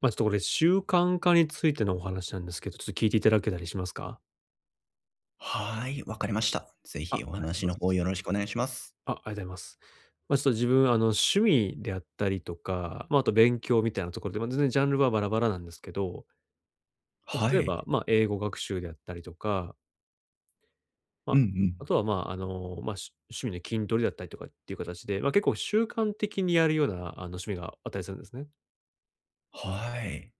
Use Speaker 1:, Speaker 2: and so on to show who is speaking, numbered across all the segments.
Speaker 1: ちょっとこれ習慣化についてのお話なんですけど、ちょっと聞いていただけたりしますか？
Speaker 2: はい、わかりました。ぜ
Speaker 1: あ、あ
Speaker 2: ひ
Speaker 1: り
Speaker 2: お
Speaker 1: がとう
Speaker 2: 話
Speaker 1: ござ
Speaker 2: の
Speaker 1: いま
Speaker 2: 方
Speaker 1: す。
Speaker 2: よろしくお願いします。
Speaker 1: あ、ありがとうございます。ちょっと自分、趣味であったりとか、あと勉強みたいなところで、全然ジャンルはバラバラなんですけど、
Speaker 2: は
Speaker 1: 例えば、
Speaker 2: い。
Speaker 1: 英語学習であったりとか、ま
Speaker 2: うん
Speaker 1: あ、
Speaker 2: うん。
Speaker 1: あとは、趣味の筋トレだったりとかっていう形で、結構習慣的にやるような、趣味があったりするんですね。
Speaker 2: はい。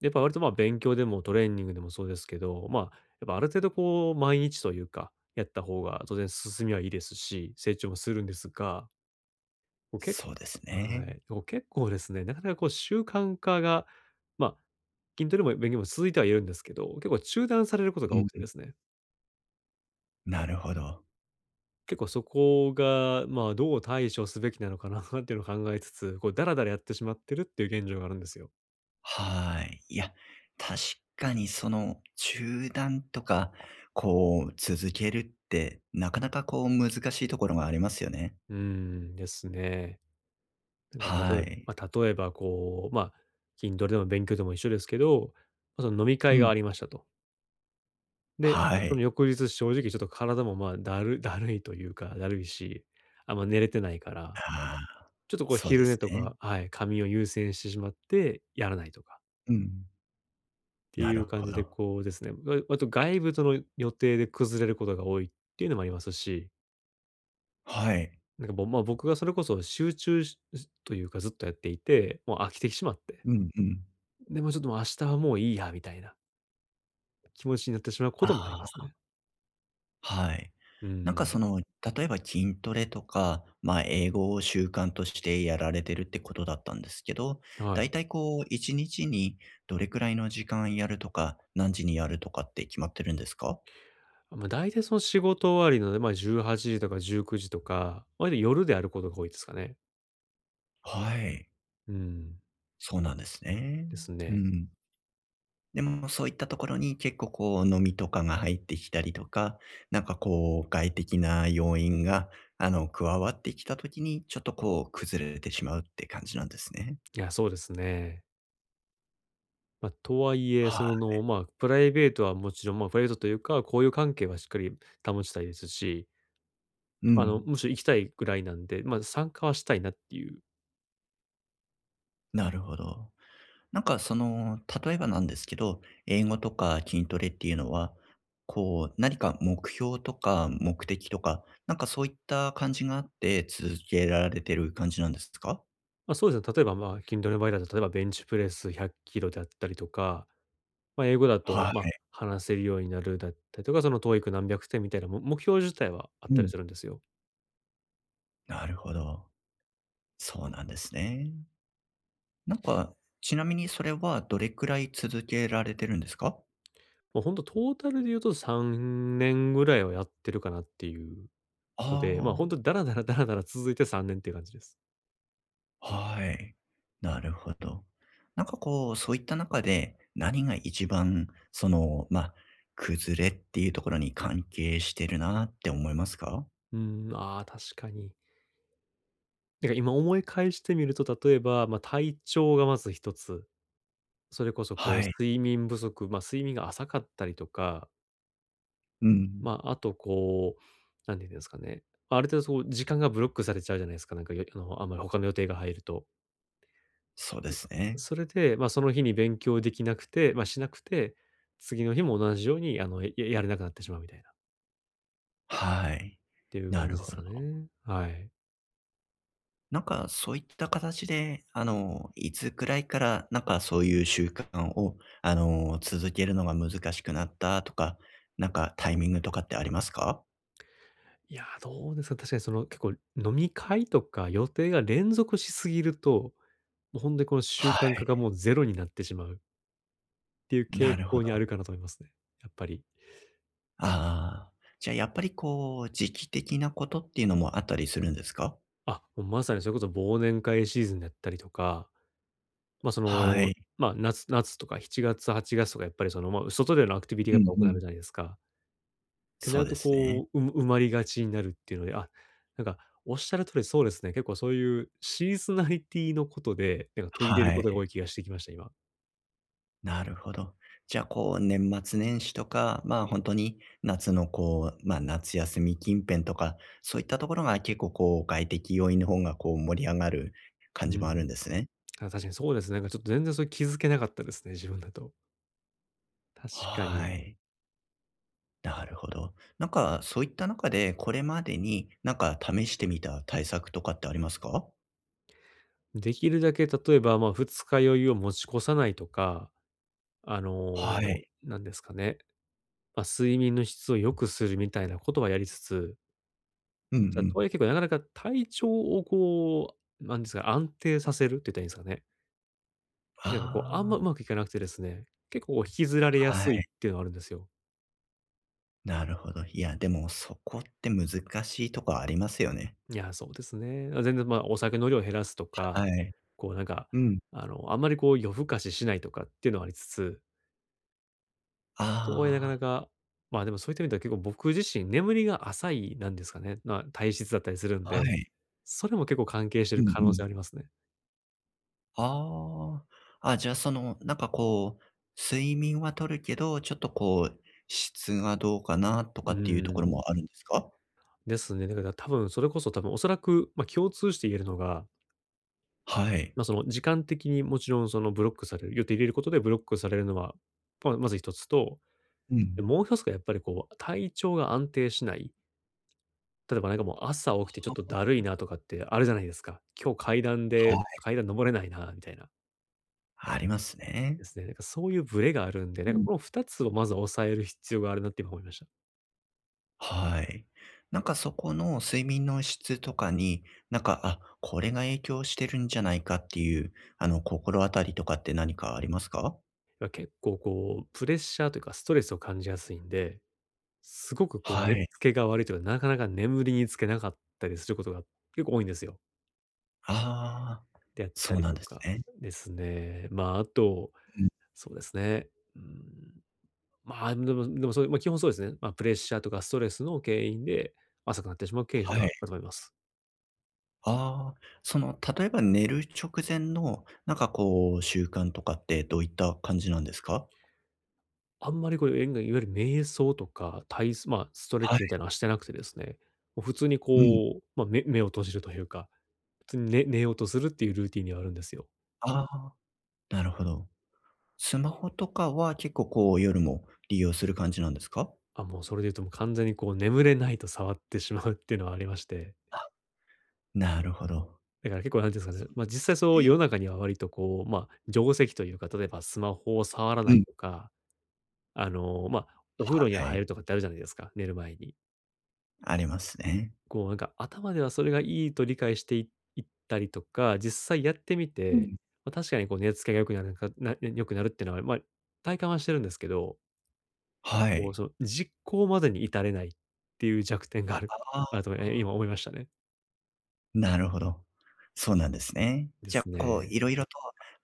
Speaker 1: やっぱ割と勉強でもトレーニングでもそうですけど、やっぱある程度こう毎日というか、やった方が当然進みはいいですし、成長もするんですが、こうけ
Speaker 2: そうです
Speaker 1: は
Speaker 2: ね。
Speaker 1: い、こう結構ですね、なかなかこう習慣化が、まあ、筋トレも勉強も続いてはいるんですけど、結構中断されることが
Speaker 2: う
Speaker 1: 多
Speaker 2: ん。
Speaker 1: くてですね、
Speaker 2: なるほど。
Speaker 1: 結構そこが、どう対処すべきなのかな っていうのを考えつつ、こう、だらだらやってしまってるっていう現状があるんですよ。
Speaker 2: はい。いや、確かにその中断とか、こう続けるって、なかなかこう難しいところがありますよね。
Speaker 1: うーんですね。なんか、たと
Speaker 2: は
Speaker 1: え
Speaker 2: い。
Speaker 1: まあ、例えばこう、筋トレでも勉強でも一緒ですけど、その飲み
Speaker 2: う
Speaker 1: 会が
Speaker 2: ん。
Speaker 1: ありましたと。で、
Speaker 2: は
Speaker 1: その
Speaker 2: い。
Speaker 1: 翌日正直ちょっと体も、まあ、だる だるいというか、だるいし、あんま寝れてないから、
Speaker 2: ああ、
Speaker 1: ちょっとこう
Speaker 2: そうで
Speaker 1: 昼寝
Speaker 2: す
Speaker 1: と
Speaker 2: ね。
Speaker 1: か、はい、仮眠を優先してしまってやらないとかっ
Speaker 2: うん。
Speaker 1: て
Speaker 2: な
Speaker 1: い
Speaker 2: る
Speaker 1: う感
Speaker 2: ほ
Speaker 1: じで、
Speaker 2: ど。
Speaker 1: こうですね、割と外部との予定で崩れることが多いっていうのもありますし、
Speaker 2: はい。
Speaker 1: なんか、ぼまあ、僕がそれこそ集中しというかずっとやっていて、もう飽きてしまって、
Speaker 2: うんうん。
Speaker 1: で、もうちょっともう明日はもういいやみたいな。気持ちになってしまうこ
Speaker 2: あ
Speaker 1: ともあり
Speaker 2: あ。
Speaker 1: ますね。
Speaker 2: はい。
Speaker 1: う
Speaker 2: なんか
Speaker 1: ん、
Speaker 2: その、例えば筋トレとか、ま、英語を習慣としてやられてるってことだったんですけど、
Speaker 1: は
Speaker 2: だい
Speaker 1: い。
Speaker 2: たいこう1日にどれくらいの時間やるとか、何時にやるとかって決まってるんですか？
Speaker 1: 大体その仕事終わりなので18時とか19時とか、割と夜であることが多いですかね。
Speaker 2: はい、
Speaker 1: うん、
Speaker 2: そうなんですね。
Speaker 1: です
Speaker 2: う
Speaker 1: ね。
Speaker 2: ん。でもそういったところに結構こう飲みとかが入ってきたりとか、なんかこう外的な要因が、あの、加わってきた時に、ちょっとこう崩れてしまうって感じなんですね。
Speaker 1: いや、そうですね。とはいえ、
Speaker 2: は
Speaker 1: そ
Speaker 2: い。
Speaker 1: の、まあ、プライベートはもちろん、まあ、プライベートというか、交友関係はしっかり保ちたいですし、
Speaker 2: うん。
Speaker 1: むしろ行きたいぐらいなんで、参加はしたいなっていう。
Speaker 2: なるほど。なんかその、例えばなんですけど、英語とか筋トレっていうのは、こう、何か目標とか目的とか、なんかそういった感じがあって続けられてる感じなんですか？
Speaker 1: そうですね、例えば、筋トレの場合だと、例えばベンチプレス100キロであったりとか、英語だと、
Speaker 2: はい。
Speaker 1: 話せるようになるだったりとか、その TOEIC 何百点みたいな、目標自体はあっ
Speaker 2: う
Speaker 1: たり
Speaker 2: ん。
Speaker 1: するんですよ。
Speaker 2: なるほど。そうなんですね。なんか、ちなみにそれはどれくらい続けられてるんですか？
Speaker 1: もう本当トータルで言うと3年ぐらいはやってるかなっていう
Speaker 2: あ
Speaker 1: ので、
Speaker 2: あ
Speaker 1: 本
Speaker 2: ー。
Speaker 1: 当だらだらだらだら続いて3年っていう感じです。
Speaker 2: はい。なるほど。なんかこう、そういった中で、何が一番、その、ま、崩れっていうところに関係してるなって思いますか？
Speaker 1: うん、ああ、確かに。なんか今思い返してみると、例えば、体調がまず一つ、それこそこう
Speaker 2: はい。
Speaker 1: 睡眠不足、睡眠が浅かったりとか、
Speaker 2: うん。
Speaker 1: あとこう、なんていうんですかね。ある程度そう、時間がブロックされちゃうじゃないですか。なんかよあの、あんまり他の予定が入ると。
Speaker 2: そうですね。
Speaker 1: それで、その日に勉強できなくて、しなくて、次の日も同じように、やれなくなってしまうみたいな、っ
Speaker 2: はい。
Speaker 1: ていう
Speaker 2: な
Speaker 1: 感じ
Speaker 2: る
Speaker 1: で
Speaker 2: ほ
Speaker 1: すか
Speaker 2: ど。
Speaker 1: ね。はい。
Speaker 2: なんかそういった形で、あの、いつくらいから、なんかそういう習慣を、あの、続けるのが難しくなったとか、なんかタイミングとかってありますか？
Speaker 1: いや、どうですか、確かにその結構飲み会とか予定が連続しすぎると、もうほんとにこの習
Speaker 2: は
Speaker 1: 慣化が
Speaker 2: い。
Speaker 1: もうゼロになってしまうっていう
Speaker 2: な
Speaker 1: 傾
Speaker 2: るほ
Speaker 1: 向にあ
Speaker 2: ど。
Speaker 1: るかなと思いますね、やっぱり。
Speaker 2: ああ、じゃあやっぱりこう、時期的なことっていうのもあったりするんですか？
Speaker 1: あ、もうまさにそれこそ忘年会シーズンだったりとか、ま、そ
Speaker 2: は
Speaker 1: の、
Speaker 2: い。
Speaker 1: 夏とか7月、8月とかやっぱりその、外でのアクティビティが
Speaker 2: う
Speaker 1: やっ
Speaker 2: ん
Speaker 1: ぱ多く
Speaker 2: う
Speaker 1: なる
Speaker 2: ん。
Speaker 1: じゃないですか。ってな
Speaker 2: そう
Speaker 1: る
Speaker 2: で
Speaker 1: と
Speaker 2: すね。
Speaker 1: こう、埋まりがちになるっていうので、あ、なんかおっしゃる通りそうですね。結構そういうシーズナリティのことで、なんか途切れる
Speaker 2: は
Speaker 1: ことが
Speaker 2: い。
Speaker 1: 多い気がしてきました、今。
Speaker 2: なるほど。じゃあこう、年末年始とか、まあ、本当に夏のこう、まあ、夏休み近辺とか、そういったところが結構こう、外的要因の方がこう、盛り上がる
Speaker 1: う
Speaker 2: 感じもある
Speaker 1: ん。
Speaker 2: んですね。
Speaker 1: あ、確かにそうですね。なんかちょっと全然それ気づけなかったですね、自分だと。確か
Speaker 2: は
Speaker 1: に。
Speaker 2: い。なるほど。なんか、そういった中で、これまでになんか試してみた対策とかってありますか？
Speaker 1: できるだけ例えば、二日酔いを持ち越さないとか、
Speaker 2: はい。
Speaker 1: なんですかね、睡眠の質を良くするみたいなことはやりつつ、
Speaker 2: うんう
Speaker 1: じゃ、と
Speaker 2: ん。
Speaker 1: はいえ結構なかなか体調をこう、なんですか、安定させるって言ったらいいんですかね。っていうのがこう、あん
Speaker 2: あ
Speaker 1: まうまくいかなくてですね、結構引きずられや
Speaker 2: あ、は
Speaker 1: すい
Speaker 2: い、
Speaker 1: っていうのはあるんですよ。
Speaker 2: なるほど。いや、でもそこって難しいとこありますよね。
Speaker 1: いや、そうですね。あ、全然、お酒の量を減らすとか、
Speaker 2: はい。
Speaker 1: こうなんか、
Speaker 2: うん。
Speaker 1: あんまりこう夜更かししないとかっていうのはありつつ、とはいえなか
Speaker 2: あ
Speaker 1: なか、でもそういった意味では結構僕自身眠りが浅いなんですかね、体質だったりするん
Speaker 2: あ、は
Speaker 1: で、
Speaker 2: い。
Speaker 1: それも結構関係して
Speaker 2: う
Speaker 1: る
Speaker 2: んう
Speaker 1: 可能
Speaker 2: ん。
Speaker 1: 性ありますね。
Speaker 2: ああ、あ、じゃあその、なんかこう、睡眠はとるけど、ちょっとこう、質がどうかなと
Speaker 1: う
Speaker 2: か
Speaker 1: ー
Speaker 2: っていうところ
Speaker 1: ん。
Speaker 2: もあるんですか？
Speaker 1: ですね。だから多分それこそ多分おそらく、共通して言えるのが、
Speaker 2: はい。
Speaker 1: その時間的にもちろんそのブロックされる予定入れることでブロックされるのは、まず一つと、
Speaker 2: う
Speaker 1: で、
Speaker 2: ん。
Speaker 1: もう一つがやっぱりこう体調が安定しない。例えばなんかもう朝起きてちょっと
Speaker 2: は
Speaker 1: だるいなとかってあるじゃないですか。今日階段で
Speaker 2: はい。
Speaker 1: 階段登れないなみたいな。
Speaker 2: ありますね。
Speaker 1: ですね。なんかそういうブレがあるんで、
Speaker 2: う
Speaker 1: なんか
Speaker 2: ん。
Speaker 1: この2つをまず抑える必要があるなって今思いました。
Speaker 2: はい。なんかそこの睡眠の質とかに、なんか、あ、これが影響してるんじゃないかっていう、あの、心当たりとかって何かありますか？
Speaker 1: 結構こうプレッシャーというかストレスを感じやすいんで、すごくこう寝
Speaker 2: は
Speaker 1: 付
Speaker 2: い。
Speaker 1: けが悪いというか、なかなか眠りにつけなかったりすることが結構多いんですよ。
Speaker 2: ああ、
Speaker 1: であった
Speaker 2: そう
Speaker 1: り
Speaker 2: なん
Speaker 1: と
Speaker 2: です
Speaker 1: か
Speaker 2: ね。
Speaker 1: ですね。まあ、あと、
Speaker 2: うん、
Speaker 1: そうですね。うん、まあ、でもでもそう、まあ、基本そうですね。プレッシャーとかストレスの原因で浅くなってしまうケース
Speaker 2: は
Speaker 1: があ
Speaker 2: い。
Speaker 1: ると思います。
Speaker 2: ああ、その、例えば寝る直前の、なんかこう、習慣とかってどういった感じなんですか？
Speaker 1: あんまりこれいわゆる瞑想とか、ストレッ
Speaker 2: はい。
Speaker 1: チみたいなのはしてなくてですね、もう普通に
Speaker 2: うん。
Speaker 1: こう、目を閉じるというか、普通に寝ようとするっていうルーティンにはあるんですよ。
Speaker 2: ああ、なるほど。スマホとかは結構こう、夜も利用する感じなんですか？
Speaker 1: あ、もうそれで言うともう完全にこう眠れないと触ってしまうっていうのはありまして。
Speaker 2: あ、なるほど。
Speaker 1: だから結構なんていうんですか
Speaker 2: そ
Speaker 1: ね、
Speaker 2: うなんで
Speaker 1: 実際
Speaker 2: す
Speaker 1: そう世の
Speaker 2: ね。
Speaker 1: 中には割とこう、定石というか、例えばスマホを触ら
Speaker 2: う
Speaker 1: ない
Speaker 2: ん。
Speaker 1: とか、あの、ま、お風呂には
Speaker 2: は
Speaker 1: 入る
Speaker 2: い、
Speaker 1: とかってあるじゃないですか、寝る前に。
Speaker 2: ありますね。
Speaker 1: こうなんか頭ではそれがいいと理解してったりとか、実際やってみ
Speaker 2: う
Speaker 1: て、
Speaker 2: ん。
Speaker 1: 確かにこう寝付けが良くなるっていうのは、体感はしてるんですけど、
Speaker 2: は
Speaker 1: こう
Speaker 2: い。
Speaker 1: その実行までに至れないっていう弱点がある
Speaker 2: あ
Speaker 1: あると、今
Speaker 2: あ。
Speaker 1: 思い ましたね。
Speaker 2: なるほど。そうなんですね。
Speaker 1: で
Speaker 2: じゃ
Speaker 1: す
Speaker 2: あ、こう
Speaker 1: ね。
Speaker 2: いろいろと、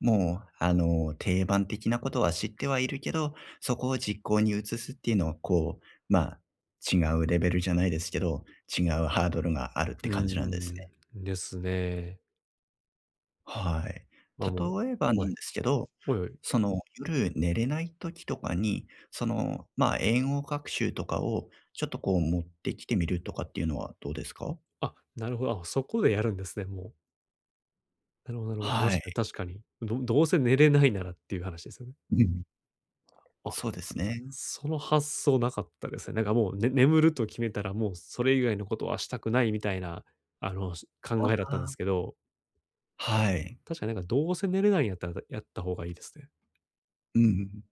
Speaker 2: もう、あの、定番的なことは知ってはいるけど、そこを実行に移すっていうのは、こう、まあ、違うレベルじゃないですけど、違うハードルがあるっ
Speaker 1: う
Speaker 2: て
Speaker 1: ー
Speaker 2: 感じなんですね。
Speaker 1: ん、ですね。
Speaker 2: はい。
Speaker 1: ま、もう
Speaker 2: 例えばな
Speaker 1: は
Speaker 2: ん
Speaker 1: い。
Speaker 2: ですけど、
Speaker 1: おいおい。
Speaker 2: その、夜寝れない時とかに、その、まあ、英語学習とかをちょっとこう持ってきてみるとかっていうのはどうですか？
Speaker 1: あ、なるほど。あ、そこでやるんですね、もう。なるほどなるほど。
Speaker 2: は
Speaker 1: 確かに
Speaker 2: い。
Speaker 1: 確かに。どうせ寝れないならっていう話ですよね。
Speaker 2: うん。
Speaker 1: あ、
Speaker 2: そうですね。
Speaker 1: その発想なかったですね。なんかもう、眠ると決めたら、もうそれ以外のことはしたくないみたいな、考
Speaker 2: あ
Speaker 1: えだったんで
Speaker 2: あ、
Speaker 1: すけど、
Speaker 2: はい。
Speaker 1: 確かになんかどうせ寝れないんやったら、やった方がいいですね。
Speaker 2: うんうんうん。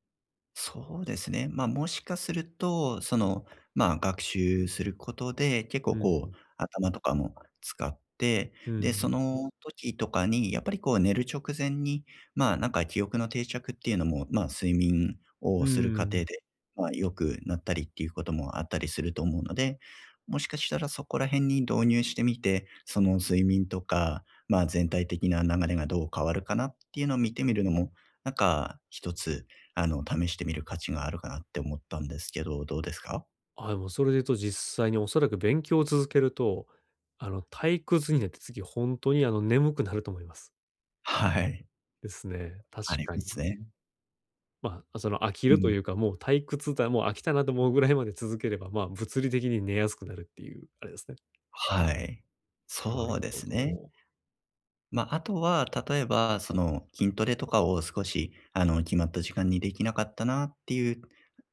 Speaker 2: そうですね。まあ、もしかすると、その、まあ、学習することで、結
Speaker 1: う
Speaker 2: 構
Speaker 1: ん、う
Speaker 2: こ
Speaker 1: ん。
Speaker 2: う、頭とかも使って、
Speaker 1: うんう
Speaker 2: で、そ
Speaker 1: ん
Speaker 2: の時とかにやっぱりこう寝る直前に、まあ、なんか記憶の定着っていうのも、まあ、睡眠を
Speaker 1: うー
Speaker 2: する過程
Speaker 1: ん。
Speaker 2: で、まあ、良くなったりっていうこともあったりすると思うので、もしかしたらそこら辺に導入してみて、その睡眠とか、まあ、全体的な流れがどう変わるかなっていうのを見てみるのも、なんか一つあの、試してみる価値があるかなって思ったんですけど、どうですか？
Speaker 1: あ、でもそれで言うと実際におそらく勉強を続けると、退屈になって次本当に眠くなると思います。
Speaker 2: はい。
Speaker 1: ですね。確
Speaker 2: あり
Speaker 1: か
Speaker 2: ます
Speaker 1: に。
Speaker 2: ね。
Speaker 1: その飽き
Speaker 2: う
Speaker 1: ると
Speaker 2: ん。
Speaker 1: いうか、もう退屈だ、もう飽きたなと思うぐらいまで続ければ、物理的に寝やすくなるっていう、あれですね。
Speaker 2: はい。
Speaker 1: な
Speaker 2: そ
Speaker 1: る
Speaker 2: うで
Speaker 1: ほ
Speaker 2: すね。
Speaker 1: ど。
Speaker 2: まあ、あとは、例えば、その、筋トレとかを少し、あの、決まった時間にできなかったなっていう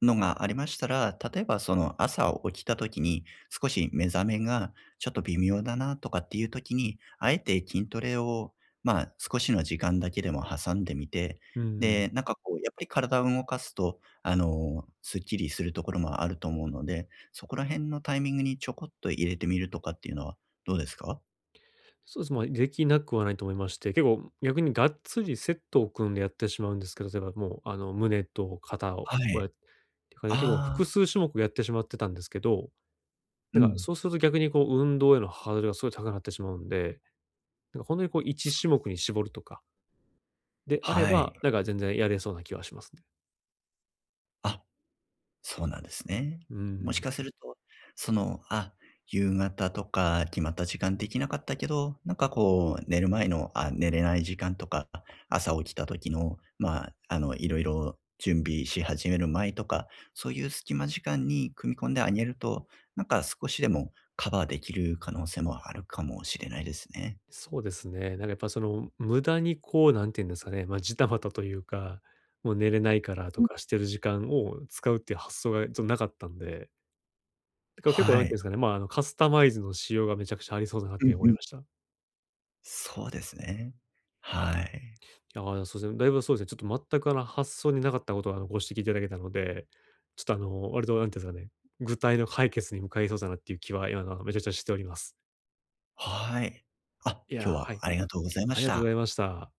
Speaker 2: のがありましたら、例えば、その、朝起きた時に少し目覚めがちょっと微妙だなとかっていう時に、あえて筋トレを、まあ、少しの時間だけでも挟んでみて、
Speaker 1: うん。
Speaker 2: で、なんか、こう、やっぱり体を動かすと、あの、すっきりするところもあると思うので、そこら辺のタイミングにちょこっと入れてみるとかっていうのはどうですか？
Speaker 1: そうです、できなくはないと思いまして、結構逆にがっつりセットを組んでやってしまうんですけど、例えばもう胸と肩を
Speaker 2: は
Speaker 1: をや
Speaker 2: い。
Speaker 1: っっていうかね、結構複
Speaker 2: ああ。
Speaker 1: 数種目やってしまってたんですけど、
Speaker 2: う
Speaker 1: なんか、
Speaker 2: ん。
Speaker 1: そうすると逆にこう、運動へのハードルがすごい高くなってしまうんで、なんかほんとにこう1種目に絞るとかであれ
Speaker 2: はい。
Speaker 1: ば、なんか全然やれそうな気はしますね。
Speaker 2: あ、そうなんですね。
Speaker 1: う
Speaker 2: もし
Speaker 1: ん。
Speaker 2: かすると、その、あ、夕方とか決まった時間できなかったけど、なんかこう、寝る前の、あ、寝れない時間とか、朝起きた時の、まあ、あの、いろいろ準備し始める前とか、そういう隙間時間に組み込んであげると、なんか少しでもカバーできる可能性もあるかもしれないですね。
Speaker 1: そうですね。なんかやっぱその、無駄にこう、何て言うんですかね、ジタバタというか、もう寝れないからとかしてる時間を使うっていう発想がちょっとなかったんで、だから結構
Speaker 2: は
Speaker 1: 何て言うんです
Speaker 2: い。
Speaker 1: かね、カスタマイズのしようがめちゃくちゃありそうだなっ
Speaker 2: うん
Speaker 1: て思
Speaker 2: う
Speaker 1: い
Speaker 2: ん。
Speaker 1: ました。
Speaker 2: そうですね。はい。
Speaker 1: いやー、そうですね、だいぶそうですね、ちょっと全く発想になかったことをご指摘いただけたので、ちょっとあの、割となんていうんですかね、具体の解決に向かいそうだなっていう気は今のはめちゃくちゃしております。
Speaker 2: はい。あ、
Speaker 1: いやー、
Speaker 2: 今日
Speaker 1: はい、
Speaker 2: はありがとうございま
Speaker 1: あり
Speaker 2: し
Speaker 1: がとうござい
Speaker 2: た。
Speaker 1: ました。